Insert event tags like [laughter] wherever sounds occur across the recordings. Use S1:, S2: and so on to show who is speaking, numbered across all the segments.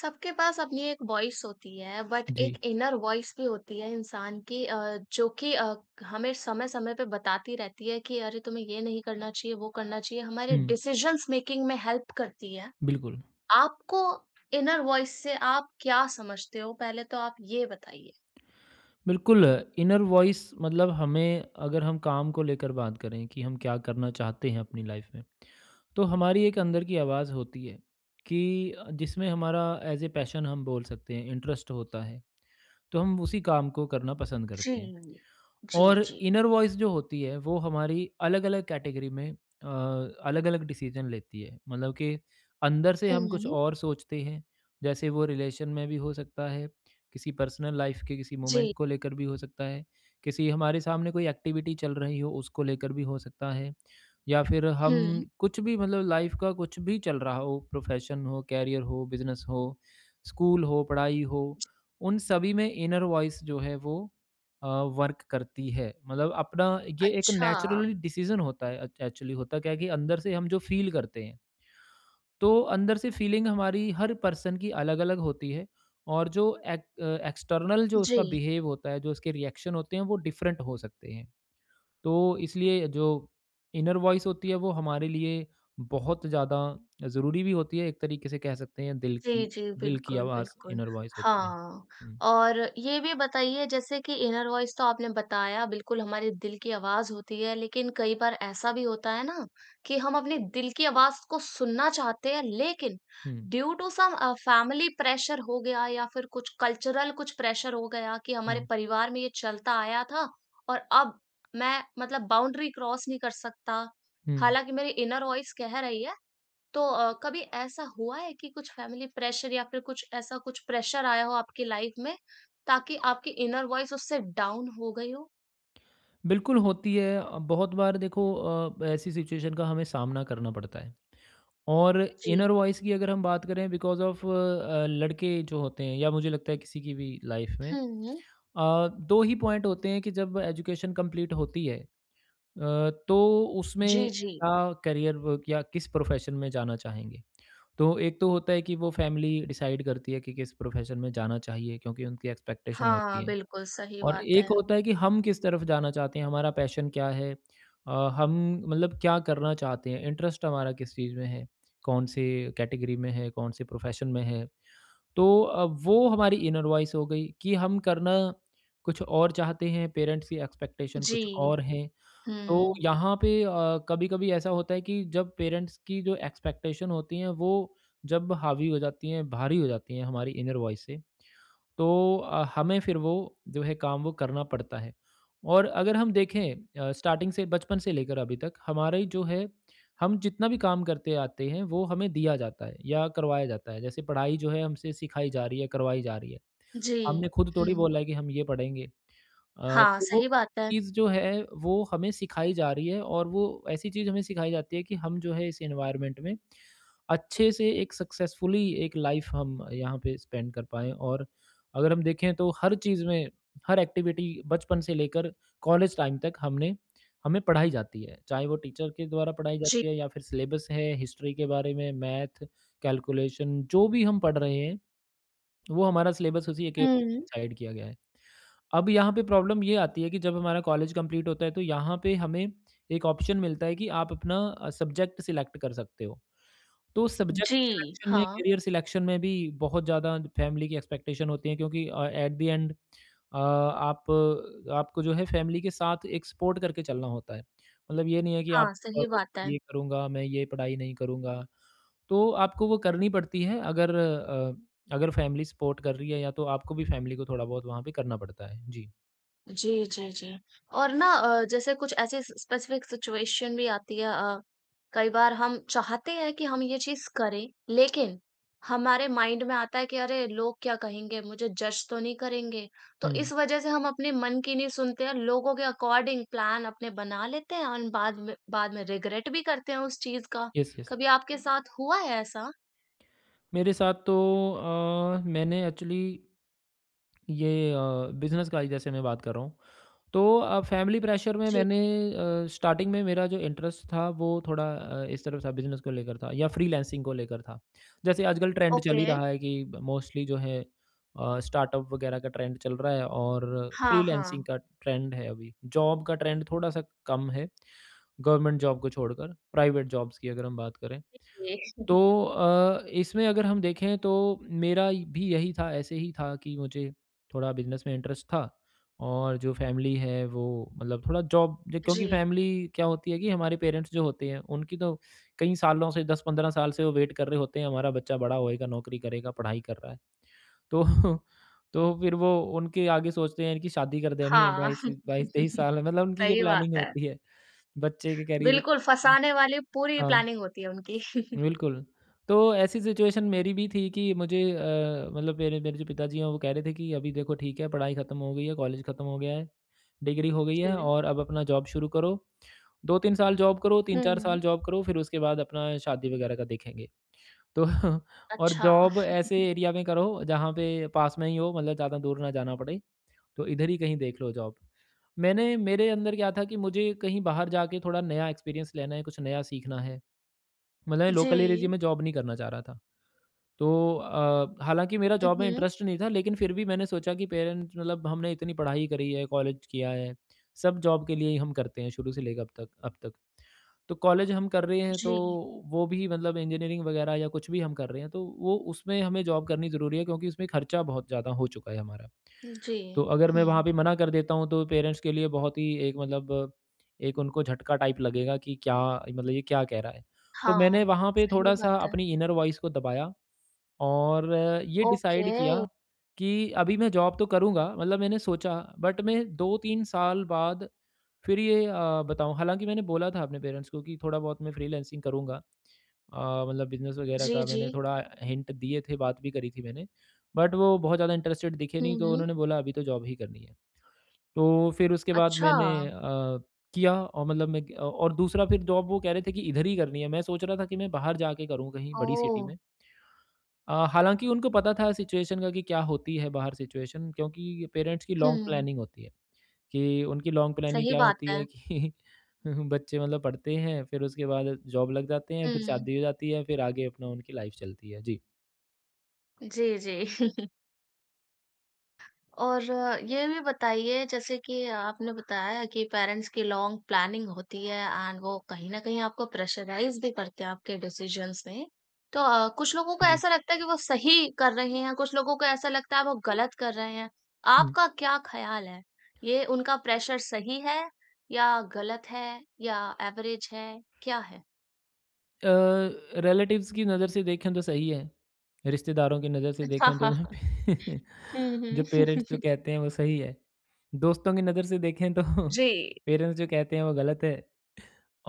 S1: सबके पास अपनी एक वॉइस होती है बट
S2: जी,
S1: एक इनर वॉइस भी होती है इंसान की जो कि अ, हमें समय समय पे बताती रहती है कि अरे तुम्हें ये नहीं करना चाहिए वो करना चाहिए। हमारे
S2: हुँ,
S1: डिसीजंस मेकिंग में हेल्प करती है।
S2: बिल्कुल।
S1: आपको इनर वॉइस से आप क्या समझते हो, पहले तो आप ये बताइए।
S2: बिल्कुल, इनर वॉइस मतलब हमें अगर हम काम को लेकर बात करें कि हम क्या करना चाहते हैं अपनी लाइफ़ में, तो हमारी एक अंदर की आवाज़ होती है कि जिसमें हमारा एज़ ए पैशन हम बोल सकते हैं, इंटरेस्ट होता है, तो हम उसी काम को करना पसंद
S1: जी
S2: करते हैं।
S1: जी
S2: और
S1: जी।
S2: इनर वॉइस जो होती है वो हमारी अलग-अलग कैटेगरी में अलग-अलग डिसीजन लेती है। मतलब कि अंदर से हम कुछ
S1: हम्म।
S2: और सोचते हैं, जैसे वो रिलेशन में भी हो सकता है, किसी पर्सनल लाइफ के किसी
S1: जी।
S2: मोमेंट को लेकर भी हो सकता है, किसी हमारे सामने कोई एक्टिविटी चल रही हो उसको लेकर भी हो सकता है, या फिर
S1: हम्म।
S2: हम कुछ भी मतलब लाइफ का कुछ भी चल रहा हो, प्रोफेशन हो, कैरियर हो, बिज़नेस हो, स्कूल हो, पढ़ाई हो, उन सभी में इनर वॉइस जो है वो अ, वर्क करती है। मतलब अपना ये एक
S1: अच्छा।
S2: नेचुरली डिसीज़न होता है, अच एक्चुअली होता क्या है कि अंदर से हम जो फ़ील करते हैं, तो अंदर से फ़ीलिंग हमारी हर पर्सन की अलग-अलग होती है, और जो एक एक्सटर्नल जो
S1: जी।
S2: उसका बिहेव होता है, जो उसके रिएक्शन होते हैं, वो डिफरेंट हो सकते हैं। तो इसलिए जो इनर वॉइस होती है, वो हमारे लिए बहुत ज़्यादा ज़रूरी भी होती है। एक तरीके से कह सकते हैं दिल
S1: जी,
S2: की।
S1: जी,
S2: दिल की
S1: बिल्कुल,
S2: आवाज़
S1: बिल्कुल।
S2: इनर वॉइस होती है।
S1: हाँ,
S2: हुँ,
S1: और ये भी बताइए, जैसे कि इनर वॉइस तो आपने बताया बिल्कुल हमारे दिल की आवाज़ होती है, लेकिन कई बार ऐसा भी होता है ना कि हम अपने दिल की आवाज़ को सुनना चाहते हैं, लेकिन
S2: हुँ,
S1: due to some family pressure हो गया या फिर कुछ कल्चरल कुछ प्रेशर हो गया कि हमारे
S2: हुँ,
S1: परिवार में ये चलता आया था और अब मैं मतलब बाउंड्री क्रॉस नहीं कर सकता।
S2: हुँ।
S1: हालाँकि मेरी इनर वॉइस कह रही है, तो कभी ऐसा हुआ है कि कुछ फैमिली प्रेशर या फिर कुछ ऐसा कुछ प्रेशर आया हो आपकी लाइफ में, ताकि आपकी इनर वॉइस उससे डाउन हो गई हो?
S2: बिल्कुल होती है, बहुत बार देखो, ऐसी सिचुएशन का हमें सामना करना पड़ता है और
S1: जी।
S2: इनर वॉइस की अगर हम बात करें, बिकॉज ऑफ लड़के जो होते हैं या मुझे लगता है किसी की भी लाइफ में
S1: हुँ।
S2: दो ही पॉइंट होते हैं, कि जब एजुकेशन कंप्लीट होती है तो उसमें
S1: जी, जी।
S2: क्या करियर या किस प्रोफेशन में जाना चाहेंगे। तो एक तो होता है कि वो फैमिली डिसाइड करती है कि किस प्रोफेशन में जाना चाहिए, क्योंकि उनकी एक्सपेक्टेशन
S1: हाँ,
S2: होती है।
S1: बिल्कुल सही
S2: और
S1: बात है।
S2: एक होता है कि हम किस तरफ जाना चाहते हैं, हमारा पैशन क्या है? हम मतलब क्या करना चाहते हैं? इंटरेस्ट हमारा किस चीज़ में है? कौन से कैटेगरी में है? कौन से प्रोफ़ेशन में है? तो वो हमारी इनर वॉइस हो गई कि हम करना कुछ और चाहते हैं, पेरेंट्स की एक्सपेक्टेशन
S1: जी।
S2: कुछ और हैं। तो
S1: हुँ।
S2: यहाँ पे कभी-कभी ऐसा होता है कि जब पेरेंट्स की जो एक्सपेक्टेशन होती हैं, वो जब हावी हो जाती हैं, भारी हो जाती हैं हमारी इनर वॉइस से, तो हमें फिर वो जो है काम वो करना पड़ता है। और अगर हम देखें, स्टार्टिंग से बचपन से लेकर अभी तक हमारी जो है, हम जितना भी काम करते आते हैं वो हमें दिया जाता है या करवाया जाता है। जैसे पढ़ाई जो है हमसे सिखाई जा रही है, करवाई जा रही है।
S1: जी।
S2: हमने खुद
S1: हुँ।
S2: थोड़ी बोला है कि हम ये पढ़ेंगे।
S1: हाँ,
S2: तो वो
S1: सही बात है।
S2: चीज़ जो है वो हमें सिखाई जा रही है, और वो ऐसी चीज़ हमें सिखाई जाती है कि हम जो है इस एनवायरनमेंट में अच्छे से एक सक्सेसफुली एक लाइफ हम यहाँ पे स्पेंड कर पाएँ। और अगर हम देखें तो हर चीज़ में, हर एक्टिविटी बचपन से लेकर कॉलेज टाइम तक हमने हमें पढ़ाई जाती है। चाहे वो टीचर के द्वारा पढ़ाई
S1: जी।
S2: जाती है या फिर सिलेबस है, हिस्ट्री के बारे में, मैथ, कैलकुलेशन जो भी हम पढ़ रहे हैं, वो हमारा सिलेबस उसी के
S1: हुँ।
S2: डिसाइड किया गया है। अब यहाँ पे प्रॉब्लम ये आती है कि जब हमारा कॉलेज कंप्लीट होता है, तो यहाँ पे हमें एक ऑप्शन मिलता है कि आप अपना सब्जेक्ट सिलेक्ट कर सकते हो। तो सब्जेक्ट
S1: जी,
S2: सिलेक्शन में,
S1: हाँ।
S2: करियर सिलेक्शन में भी बहुत ज़्यादा फैमिली की एक्सपेक्टेशन होती है, क्योंकि एट द एंड आप आपको जो है फैमिली के साथ एक सपोर्ट करके चलना होता है। मतलब ये नहीं है कि आप
S1: हाँ,
S2: और
S1: सही
S2: बोलो,
S1: बात है।
S2: ये करूँगा, मैं ये पढ़ाई नहीं करूँगा। तो आपको वो करनी पड़ती है, अगर अगर फैमिली सपोर्ट कर रही है, या तो आपको भी फैमिली को थोड़ा बहुत वहाँ पे करना पड़ता है। जी।
S1: जी, जी, जी। और ना जैसे कुछ ऐसी स स्पेसिफिक सिचुएशन भी आती है, कई बार हम चाहते हैं कि हम ये चीज़ करें, लेकिन हमारे माइंड में आता है कि अरे! लोग क्या कहेंगे? मुझे जज तो नहीं करेंगे? तो
S2: हुँ।
S1: इस वजह से हम अपने मन की नहीं सुनते हैं, लोगों के अकॉर्डिंग प्लान अपने बना लेते हैं और बाद में रिग्रेट भी करते हैं उस चीज़ का।
S2: Yes, yes.
S1: कभी आपके साथ हुआ है ऐसा?
S2: मेरे साथ तो मैंने एक्चुअली ये बिज़नेस का ही जैसे मैं बात कर रहा हूँ। तो फैमिली प्रेशर में
S1: जी।
S2: मैंने स्टार्टिंग में मेरा जो इंटरेस्ट था वो थोड़ा इस तरफ था, बिजनेस को लेकर था या फ्रीलांसिंग को लेकर था। जैसे आजकल ट्रेंड चल
S1: ओके।
S2: ही रहा है कि मोस्टली जो है स्टार्टअप वगैरह का ट्रेंड चल रहा है, और
S1: हाँ,
S2: फ्रीलांसिंग
S1: हाँ।
S2: का ट्रेंड है अभी। जॉब का ट्रेंड थोड़ा-सा कम है, गवर्नमेंट जॉब को छोड़कर प्राइवेट जॉब्स की अगर हम बात करें।
S1: जी।
S2: तो
S1: [laughs]
S2: इसमें अगर हम देखें, तो मेरा भी यही था, ऐसे ही था कि मुझे थोड़ा बिजनेस में इंटरेस्ट था, और जो फैमिली है वो मतलब थोड़ा
S1: जी।
S2: क्योंकि फैमिली क्या होती है कि हमारे पेरेंट्स जो होते हैं, उनकी तो कई सालों से, 10-15 साल से वो वेट कर रहे होते हैं, हमारा बच्चा बड़ा होएगा, नौकरी करेगा, पढ़ाई कर रहा है तो [laughs] तो फिर वो उनके आगे सोचते हैं, इनकी शादी कर देनी है
S1: हाँ।
S2: बाईस बाईस तेईस
S1: [laughs]
S2: साल में, मतलब उनकी ये
S1: सही बात
S2: प्लानिंग
S1: है।
S2: होती है, बच्चे के करियर।
S1: बिल्कुल, फँसाने वाली पूरी
S2: हाँ
S1: प्लानिंग होती है उनकी। [laughs]
S2: बिल्कुल। तो ऐसी सिचुएशन मेरी भी थी कि मुझे मतलब मेरे मेरे जो पिताजी हैं वो कह रहे थे कि अभी देखो ठीक है, पढ़ाई ख़त्म हो गई है, कॉलेज ख़त्म हो गया है, डिग्री हो गई है,
S1: जी।
S2: और अब अपना जॉब शुरू करो। 2-3 साल जॉब करो,
S1: हुँ,
S2: 3-4
S1: हुँ।
S2: साल जॉब करो, फिर उसके बाद अपना शादी वग़ैरह का देखेंगे। तो [laughs] और
S1: अच्छा।
S2: जॉब ऐसे
S1: [laughs]
S2: एरिया में करो जहाँ पे पास में ही हो, मतलब ज़्यादा दूर ना जाना पड़े, तो इधर ही कहीं देख लो जॉब। मैंने मेरे अंदर क्या था कि मुझे कहीं बाहर जाके थोड़ा नया एक्सपीरियंस लेना है, कुछ नया सीखना है। मतलब लोकल एरिया
S1: जी।
S2: में जॉब नहीं करना चाह रहा था। तो हालाँकि मेरा
S1: हुँ,
S2: जॉब में
S1: हुँ।
S2: इंटरेस्ट नहीं था, लेकिन फिर भी मैंने सोचा कि पेरेंट्स, मतलब हमने इतनी पढ़ाई करी है, कॉलेज किया है, सब जॉब के लिए ही हम करते हैं शुरू से लेकर अब तक अब तक। तो कॉलेज हम कर रहे हैं तो
S1: जी।
S2: वो भी, मतलब इंजीनियरिंग वगैरह या कुछ भी हम कर रहे हैं तो वो उसमें हमें जॉब करनी ज़रूरी है, क्योंकि उसमें खर्चा बहुत ज़्यादा हो चुका है हमारा।
S1: जी।
S2: तो अगर मैं वहाँ
S1: हुँ।
S2: पे मना कर देता हूँ, तो पेरेंट्स के लिए बहुत ही एक मतलब एक उनको झटका टाइप लगेगा कि क्या, मतलब ये क्या कह रहा है। तो मैंने
S1: हाँ।
S2: वहाँ पे
S1: सही
S2: थोड़ा-सा
S1: बात है।
S2: अपनी इनर वॉइस को दबाया, और ये डिसाइड
S1: ओके।
S2: किया कि अभी मैं जॉब तो करूँगा, मतलब मैंने सोचा बट मैं 2-3 साल बाद फिर ये बताऊँ, हालाँकि मैंने बोला था अपने पेरेंट्स को कि थोड़ा बहुत मैं फ्रीलांसिंग करूँगा। मतलब बिज़नेस वगैरह
S1: जी,
S2: का
S1: जी।
S2: मैंने थोड़ा हिंट दिए थे, बात भी करी थी मैंने। बट वो बहुत ज़्यादा इंटरेस्टेड दिखे
S1: हुँ,
S2: नहीं, तो
S1: हुँ।
S2: उन्होंने बोला अभी तो जॉब ही करनी है। तो फिर उसके बाद
S1: अच्छा।
S2: मैंने किया, और मतलब मैं और दूसरा, फिर जॉब वो कह रहे थे कि इधर ही करनी है। मैं सोच रहा था कि मैं बाहर जाके करूँ कहीं बड़ी
S1: ओह!
S2: सिटी में। हालाँकि उनको पता था सिचुएशन का कि क्या होती है बाहर सिचुएशन, क्योंकि पेरेंट्स की लॉन्ग
S1: हुँ।
S2: प्लानिंग होती है, कि उनकी लॉन्ग प्लानिंग
S1: सही
S2: क्या
S1: बात
S2: होती
S1: है।
S2: है कि [laughs] बच्चे मतलब पढ़ते हैं, फिर उसके बाद जॉब लग जाते हैं, फिर
S1: हुँ।
S2: शादी हो जाती है, फिर आगे अपना उनकी लाइफ़ चलती है। जी।
S1: जी, जी। [laughs] और ये भी बताइए, जैसे कि आपने बताया कि पेरेंट्स की लॉन्ग प्लानिंग होती है एंड वो कहीं न कहीं आपको प्रेशराइज़ भी करते हैं आपके डिसीज़न्स में। तो कुछ लोगों को ऐसा लगता है कि वो सही कर रहे हैं, कुछ लोगों को ऐसा लगता है वो गलत कर रहे हैं।
S2: जी।
S1: आपका क्या ख़्याल है? ये उनका प्रेशर सही है या गलत है या एवरेज है, क्या है?
S2: अ, रिलेटिव्स की नज़र से देखें तो सही है, रिश्तेदारों की नज़र से देखें तो यहाँ
S1: [laughs]
S2: पे [laughs]
S1: हुँ, हुँ।
S2: जो पेरेंट्स जो
S1: [laughs]
S2: कहते हैं वो सही है। दोस्तों की नज़र से देखें तो [laughs]
S1: जी,
S2: पेरेंट्स जो कहते हैं वो गलत है।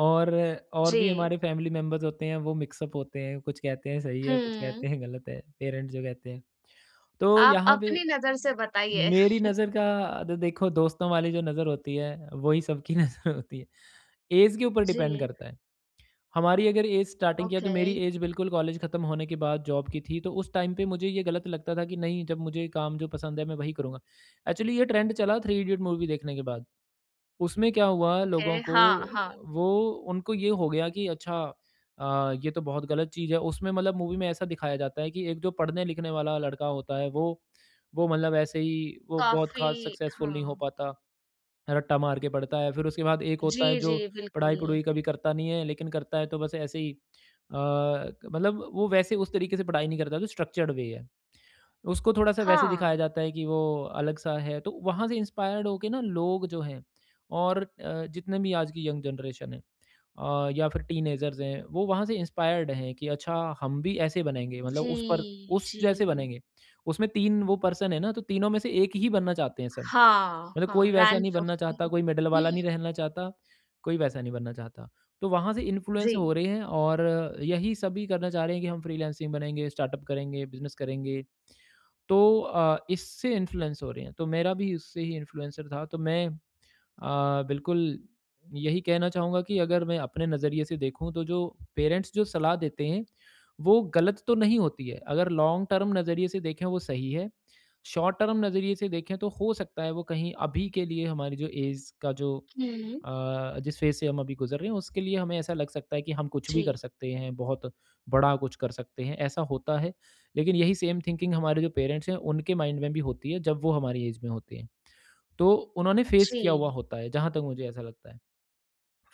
S2: और और भी
S1: जी।
S2: हमारे फैमिली मेंबर्स होते हैं वो मिक्स अप होते हैं, कुछ कहते हैं सही है, कुछ
S1: हुँ।
S2: कहते हैं गलत है, पेरेंट्स जो कहते हैं। तो
S1: आप
S2: यहाँ पे
S1: अपनी नज़र से बताइए।
S2: मेरी
S1: [laughs]
S2: नज़र का तो देखो, दोस्तों वाली जो नज़र होती है, वही सबकी [laughs] नज़र होती है। एज के ऊपर डिपेंड
S1: जी।
S2: करता है। हमारी अगर एज स्टार्टिंग, या तो
S1: ओके,
S2: मेरी एज बिल्कुल कॉलेज ख़त्म होने के बाद जॉब की थी, तो उस टाइम पे मुझे ये गलत लगता था कि नहीं, जब मुझे काम जो पसंद है मैं वही करूँगा। एक्चुअली ये ट्रेंड चला थ्री इडियट मूवी देखने के बाद। उसमें क्या हुआ
S1: ओके,
S2: लोगों को,
S1: हाँ, हाँ,
S2: वो उनको ये हो गया कि अच्छा ये तो बहुत गलत चीज़ है। उसमें मतलब मूवी में ऐसा दिखाया जाता है कि एक जो पढ़ने-लिखने वाला लड़का होता है वो मतलब ऐसे ही वो बहुत ख़ास
S1: काफ़ी,
S2: सक्सेसफुल नहीं हो
S1: हाँ,
S2: पाता। रट्टा मार के पढ़ता है। फिर उसके बाद एक
S1: जी,
S2: होता है
S1: जी,
S2: जो
S1: बिल्कुल।
S2: पढ़ाई-पढ़ूई कभी करता नहीं है, लेकिन करता है तो बस ऐसे ही, अ, मतलब वो वैसे उस तरीके से पढ़ाई नहीं करता, जो स्ट्रक्चर्ड वे है। उसको थोड़ा-सा वैसे
S1: हाँ,
S2: दिखाया जाता है कि वो अलग-सा है, तो वहाँ से इंस्पायर्ड होके ना लोग जो हैं और जितने भी आज की यंग जनरेशन है या फिर टीनेजर्स हैं, वो वहाँ से इंस्पायर्ड हैं कि अच्छा हम भी ऐसे बनेंगे, मतलब
S1: जी,
S2: उस
S1: जी,
S2: जैसे बनेंगे। उसमें 3 वो पर्सन है ना, तो तीनों में से एक ही बनना चाहते हैं सब।
S1: हाँ,
S2: मतलब
S1: हाँ,
S2: कोई वैसा नहीं
S1: रैंचो,
S2: बनना चाहता, कोई मिडल वाला नहीं रहना चाहता, कोई वैसा नहीं बनना चाहता। तो वहाँ से इन्फ्लुएंस
S1: जी,
S2: हो रहे हैं और यही सभी करना चाह रहे हैं कि हम फ्रीलांसिंग बनेंगे, स्टार्टअप करेंगे, बिज़नेस करेंगे। तो इससे इन्फ्लुएंस हो रहे हैं। तो मेरा भी उससे ही इन्फ्लुएंसर था, तो मैं बिल्कुल, यही कहना चाहूँगा कि अगर मैं अपने नज़रिए से देखूँ तो जो पेरेंट्स जो सलाह देते हैं, वो गलत तो नहीं होती है। अगर लॉन्ग टर्म नज़रिए से देखें वो सही है। शॉर्ट टर्म नज़रिए से देखें तो हो सकता है वो कहीं अभी के लिए हमारी जो ऐज का जो
S1: हुँ,
S2: जिस फ़ेज़ से हम अभी गुज़र रहे हैं उसके लिए हमें ऐसा लग सकता है कि हम कुछ भी कर
S1: जी,
S2: सकते हैं, बहुत बड़ा कुछ कर सकते हैं, ऐसा होता है। लेकिन यही सेम थिंकिंग हमारे जो पेरेंट्स हैं उनके माइंड में भी होती है जब वो हमारी ऐज में होते हैं। तो उन्होंने फेस
S1: जी,
S2: किया हुआ होता है, जहाँ तक मुझे ऐसा लगता है।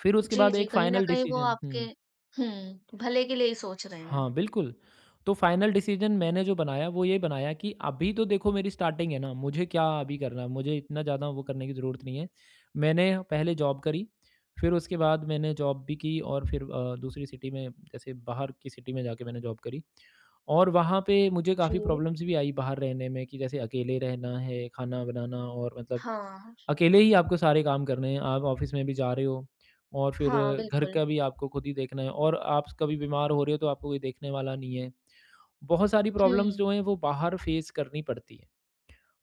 S2: फिर उसके
S1: जी,
S2: बाद
S1: जी,
S2: एक
S1: कहीं न
S2: फाइनल
S1: कहीं वो
S2: डिसीजन
S1: आपके
S2: हुँ।
S1: हुँ, भले के लिए ही सोच रहे हैं।
S2: हाँ, बिल्कुल। तो फाइनल डिसीजन मैंने जो बनाया वो ये बनाया कि अभी तो देखो मेरी स्टार्टिंग है ना, मुझे क्या अभी करना है, मुझे इतना ज़्यादा वो करने की ज़रूरत नहीं है। मैंने पहले जॉब करी, फिर उसके बाद मैंने जॉब भी की और फिर दूसरी सिटी में जैसे बाहर की सिटी में जाके मैंने जॉब करी। और वहाँ पे मुझे काफ़ी
S1: जी,
S2: प्रॉब्लम्स भी आई बाहर रहने में कि जैसे अकेले रहना है, खाना बनाना और मतलब
S1: हाँ,
S2: अकेले ही आपको सारे काम करने हैं। आप ऑफ़िस में भी जा रहे हो और फिर
S1: हाँ,
S2: घर
S1: बिल्कुल,
S2: का भी आपको खुद ही देखना है और आप कभी बीमार हो रहे हो तो आपको कोई देखने वाला नहीं है। बहुत सारी प्रॉब्लम्स
S1: हुँ,
S2: जो हैं वो बाहर फेस करनी पड़ती हैं।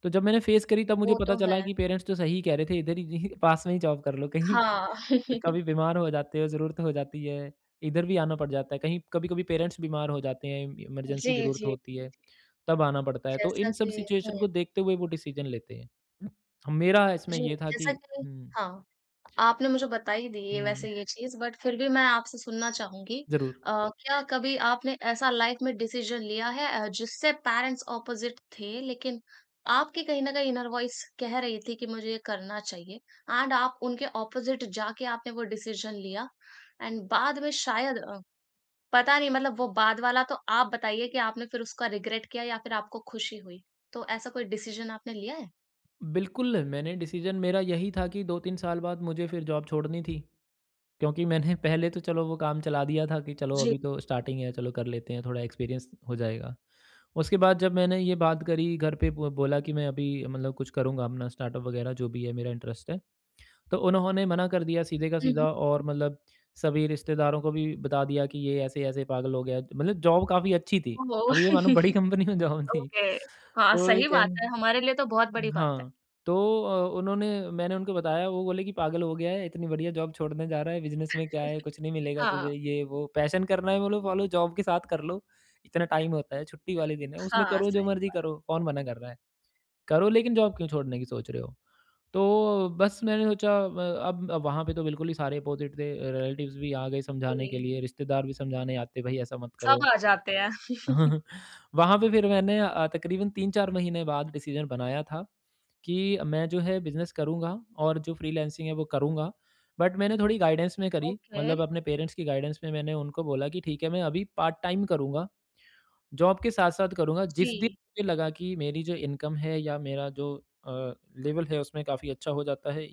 S2: तो जब मैंने फेस करी तब मुझे
S1: वो
S2: पता
S1: तो
S2: चला
S1: है,
S2: कि पेरेंट्स तो सही कह रहे थे, इधर ही [laughs] जी पास में ही जॉब कर लो कहीं।
S1: हाँ,
S2: तो
S1: [laughs]
S2: कभी बीमार हो जाते हो, ज़रूरत हो जाती है, इधर भी आना पड़ जाता है। कहीं कभी-कभी पेरेंट्स बीमार हो जाते हैं, इमरजेंसी
S1: जी,
S2: ज़रूरत
S1: जी,
S2: होती है, तब आना पड़ता है। तो
S1: जैसा
S2: इन सब
S1: कि हुँ।
S2: सिचुएशन को देखते हुए वो डिसीज़न लेते हैं। मेरा इसमें
S1: जी,
S2: ये था कि
S1: जैसा कि
S2: हुँ,
S1: हाँ, आपने मुझे बता ही दी है
S2: हुँ,
S1: वैसे ये चीज़, बट फिर भी मैं आपसे सुनना चाहूँगी।
S2: ज़रूर।
S1: क्या कभी आपने ऐसा लाइफ़ में डिसीज़न लिया है, जिससे पेरेंट्स ऑपोज़िट थे, लेकिन आपकी कहीं न कहीं इनर वॉइस कह रही थी कि मुझे ये करना चाहिए, एंड आप उनके ऑपोज़िट जाके आपने वो डिसीज़न लिया, एंड बाद में शायद पता नहीं मतलब वो बाद वाला तो आप बताइए कि आपने फिर उसका रिग्रेट किया या फिर आपको खुशी हुई? तो ऐसा कोई डिसीज़न आपने लिया है?
S2: बिल्कुल, मैंने डिसीज़न मेरा यही था कि 2-3 साल बाद मुझे फिर जॉब छोड़नी थी। क्योंकि मैंने [laughs] पहले तो चलो वो काम चला दिया था कि चलो
S1: जी।
S2: अभी तो स्टार्टिंग है, चलो कर लेते हैं, थोड़ा एक्सपीरियंस हो जाएगा। उसके बाद जब मैंने ये बात करी घर पे ब बोला कि मैं अभी मतलब कुछ करूँगा अपना स्टार्टअप वगैरह जो भी है मेरा इंटरेस्ट है। तो उन्होंने मना कर दिया सीधे का
S1: हुँ,
S2: सीधा
S1: हुँ।
S2: और मतलब सभी रिश्तेदारों को भी बता दिया कि ये ऐसे-ऐसे पागल हो गया। मतलब जॉब काफ़ी अच्छी थी।
S1: ओह!
S2: अब ये मानो बड़ी
S1: [laughs]
S2: कंपनी में जॉब थी।
S1: ओके, हाँ,
S2: तो ये
S1: सही बात
S2: कहन
S1: है, हमारे लिए तो बहुत बड़ी बात है।
S2: हाँ, तो उन्होंने मैंने उनको बताया, वो बोले कि पागल हो गया है, इतनी बढ़िया जॉब छोड़ने जा रहा है, बिज़नेस में क्या है,
S1: [laughs]
S2: कुछ नहीं मिलेगा
S1: हाँ,
S2: तुझे, ये वो। पैशन करना है बोलो फॉलो जॉब के साथ कर लो, इतना टाइम होता है, छुट्टी वाले दिन है, उसमें
S1: हाँ,
S2: करो जो
S1: सही
S2: मर्ज़ी
S1: बात,
S2: करो, कौन मना कर रहा है। करो लेकिन जॉब क्यों छोड़ने की सोच रहे हो? तो बस मैंने सोचा अब वहाँ पे तो बिल्कुल ही सारे अपोज़िट थे, रिलेटिव्स भी आ गए समझाने के
S1: जी,
S2: लिए, रिश्तेदार भी समझाने आते, "भई ऐसा मत
S1: सब
S2: करो।"
S1: आ जाते हैं।
S2: [laughs] वहाँ पे फिर मैंने तकरीबन 3-4 महीने बाद डिसीजन बनाया था कि मैं जो है बिज़नेस करूँगा और जो फ्रीलांसिंग है वो करूँगा। बट मैंने थोड़ी गाइडेंस में करी,
S1: ओके,
S2: मतलब अपने पेरेंट्स की गाइडेंस में मैंने उनको बोला कि ठीक है मैं अभी पार्ट टाइम करूँगा, जॉब के साथ-साथ करूँगा। जिस दिन
S1: जी,
S2: मुझे लगा कि मेरी जो इनकम है या मेरा जो अ, लेवल है उसमें काफ़ी अच्छा हो जाता है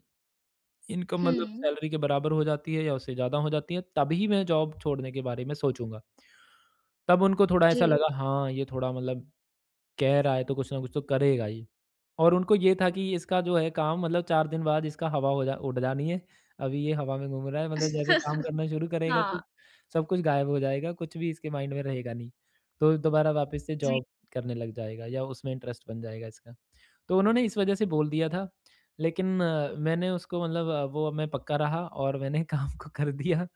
S2: इनकम मतलब
S1: हुँ,
S2: सैलरी के बराबर हो जाती है या उससे ज़्यादा हो जाती है, तभी मैं जॉब छोड़ने के बारे में सोचूँगा। तब उनको थोड़ा ऐसा
S1: जी,
S2: लगा हाँ, ये थोड़ा मतलब कह रहा है तो कुछ ना कुछ तो करेगा ये और उनको ये था कि इसका जो है काम मतलब 4 दिन बाद इसका हवा हो जा उड़ जानी है। अभी ये हवा में घूम रहा है मतलब जैसे काम करना शुरू करेगा
S1: हाँ,
S2: तो सब कुछ गायब हो जाएगा, कुछ भी इसके माइंड में रहेगा नहीं। तो दोबारा वापस से
S1: जी,
S2: जॉब करने लग जाएगा या उसमें इंटरेस्ट बन जाएगा इसका। तो उन्होंने इस वजह से बोल दिया था। लेकिन मैंने उसको मतलब वो मैं पक्का रहा और मैंने [laughs] काम को कर दिया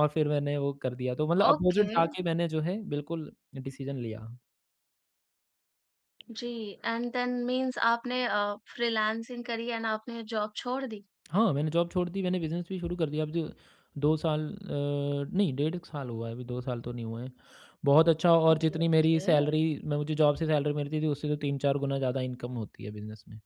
S2: और फिर मैंने वो कर दिया। तो मतलब अपोज़िट
S1: ओके,
S2: जाके मैंने जो है बिल्कुल डिसीज़न लिया।
S1: जी, एंड देन मीन्स आपने फ्रीलांसिंग करी एंड आपने जॉब छोड़ दी?
S2: हाँ, मैंने जॉब छोड़ दी, मैंने बिज़नेस भी शुरू कर दिया। अब जो 2 साल नहीं डेढ़ साल हुआ है अभी 2 साल तो नहीं हुए हैं। बहुत अच्छा और
S1: ओके,
S2: जितनी मेरी
S1: ओके,
S2: सैलरी मैं मुझे जॉब से सैलरी मिलती थी उससे तो 3-4 गुना ज़्यादा इनकम होती है बिज़नेस में।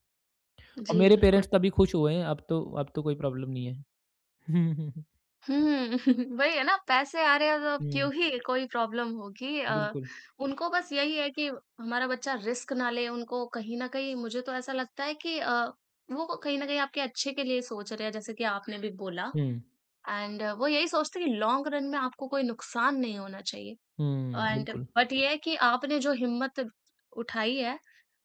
S2: और
S1: जी,
S2: मेरे
S1: बिल्कुल।
S2: पेरेंट्स तभी खुश हुए हैं, अब तो कोई प्रॉब्लम नहीं है। [laughs] हुँ, हुँ, हुँ।
S1: हुँ, [laughs] वही है ना, पैसे आ रहे हैं तो अब
S2: हुँ,
S1: क्यों ही कोई प्रॉब्लम होगी।
S2: बिल्कुल।
S1: उनको बस यही है कि हमारा बच्चा रिस्क ना ले, उनको कहीं न कहीं मुझे तो ऐसा लगता है कि वो कहीं न कहीं आपके अच्छे के लिए सोच रहे हैं, जैसे कि आपने भी बोला
S2: हुँ।
S1: एंड वो यही सोचते हैं कि लॉन्ग रन में आपको कोई नुकसान नहीं होना चाहिए
S2: हुँ,
S1: एंड
S2: बिल्कुल।
S1: बट ये है कि आपने जो हिम्मत उठाई है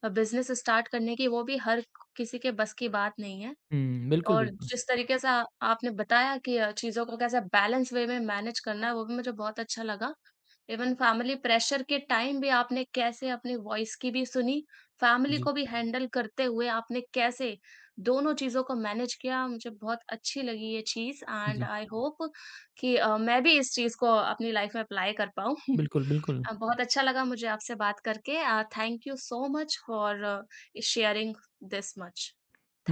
S1: बिज़नेस स्टार्ट करने की, वो भी हर किसी के बस की बात नहीं है।
S2: हुँ, बिल्कुल,
S1: और
S2: बिल्कुल।
S1: जिस तरीके से आ आपने बताया कि चीज़ों को कैसे बैलेंस वे में मैनेज करना है, वो भी मुझे बहुत अच्छा लगा। इवन फैमिली प्रेशर के टाइम भी आपने कैसे अपनी वॉइस की भी सुनी, फैमिली
S2: जी,
S1: को भी हैंडल करते हुए आपने कैसे दोनों चीज़ों को मैनेज किया, मुझे बहुत अच्छी लगी ये चीज़, एंड
S2: जी।
S1: आई होप कि मैं भी इस चीज़ को अपनी लाइफ में अप्लाई कर पाऊँ। [laughs]
S2: बिल्कुल, बिल्कुल।
S1: बहुत अच्छा लगा मुझे आपसे बात करके। Thank you so much for sharing this much.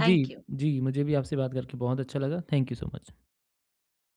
S1: Thank you.
S2: जी, मुझे भी आपसे बात करके बहुत अच्छा लगा। Thank you so much.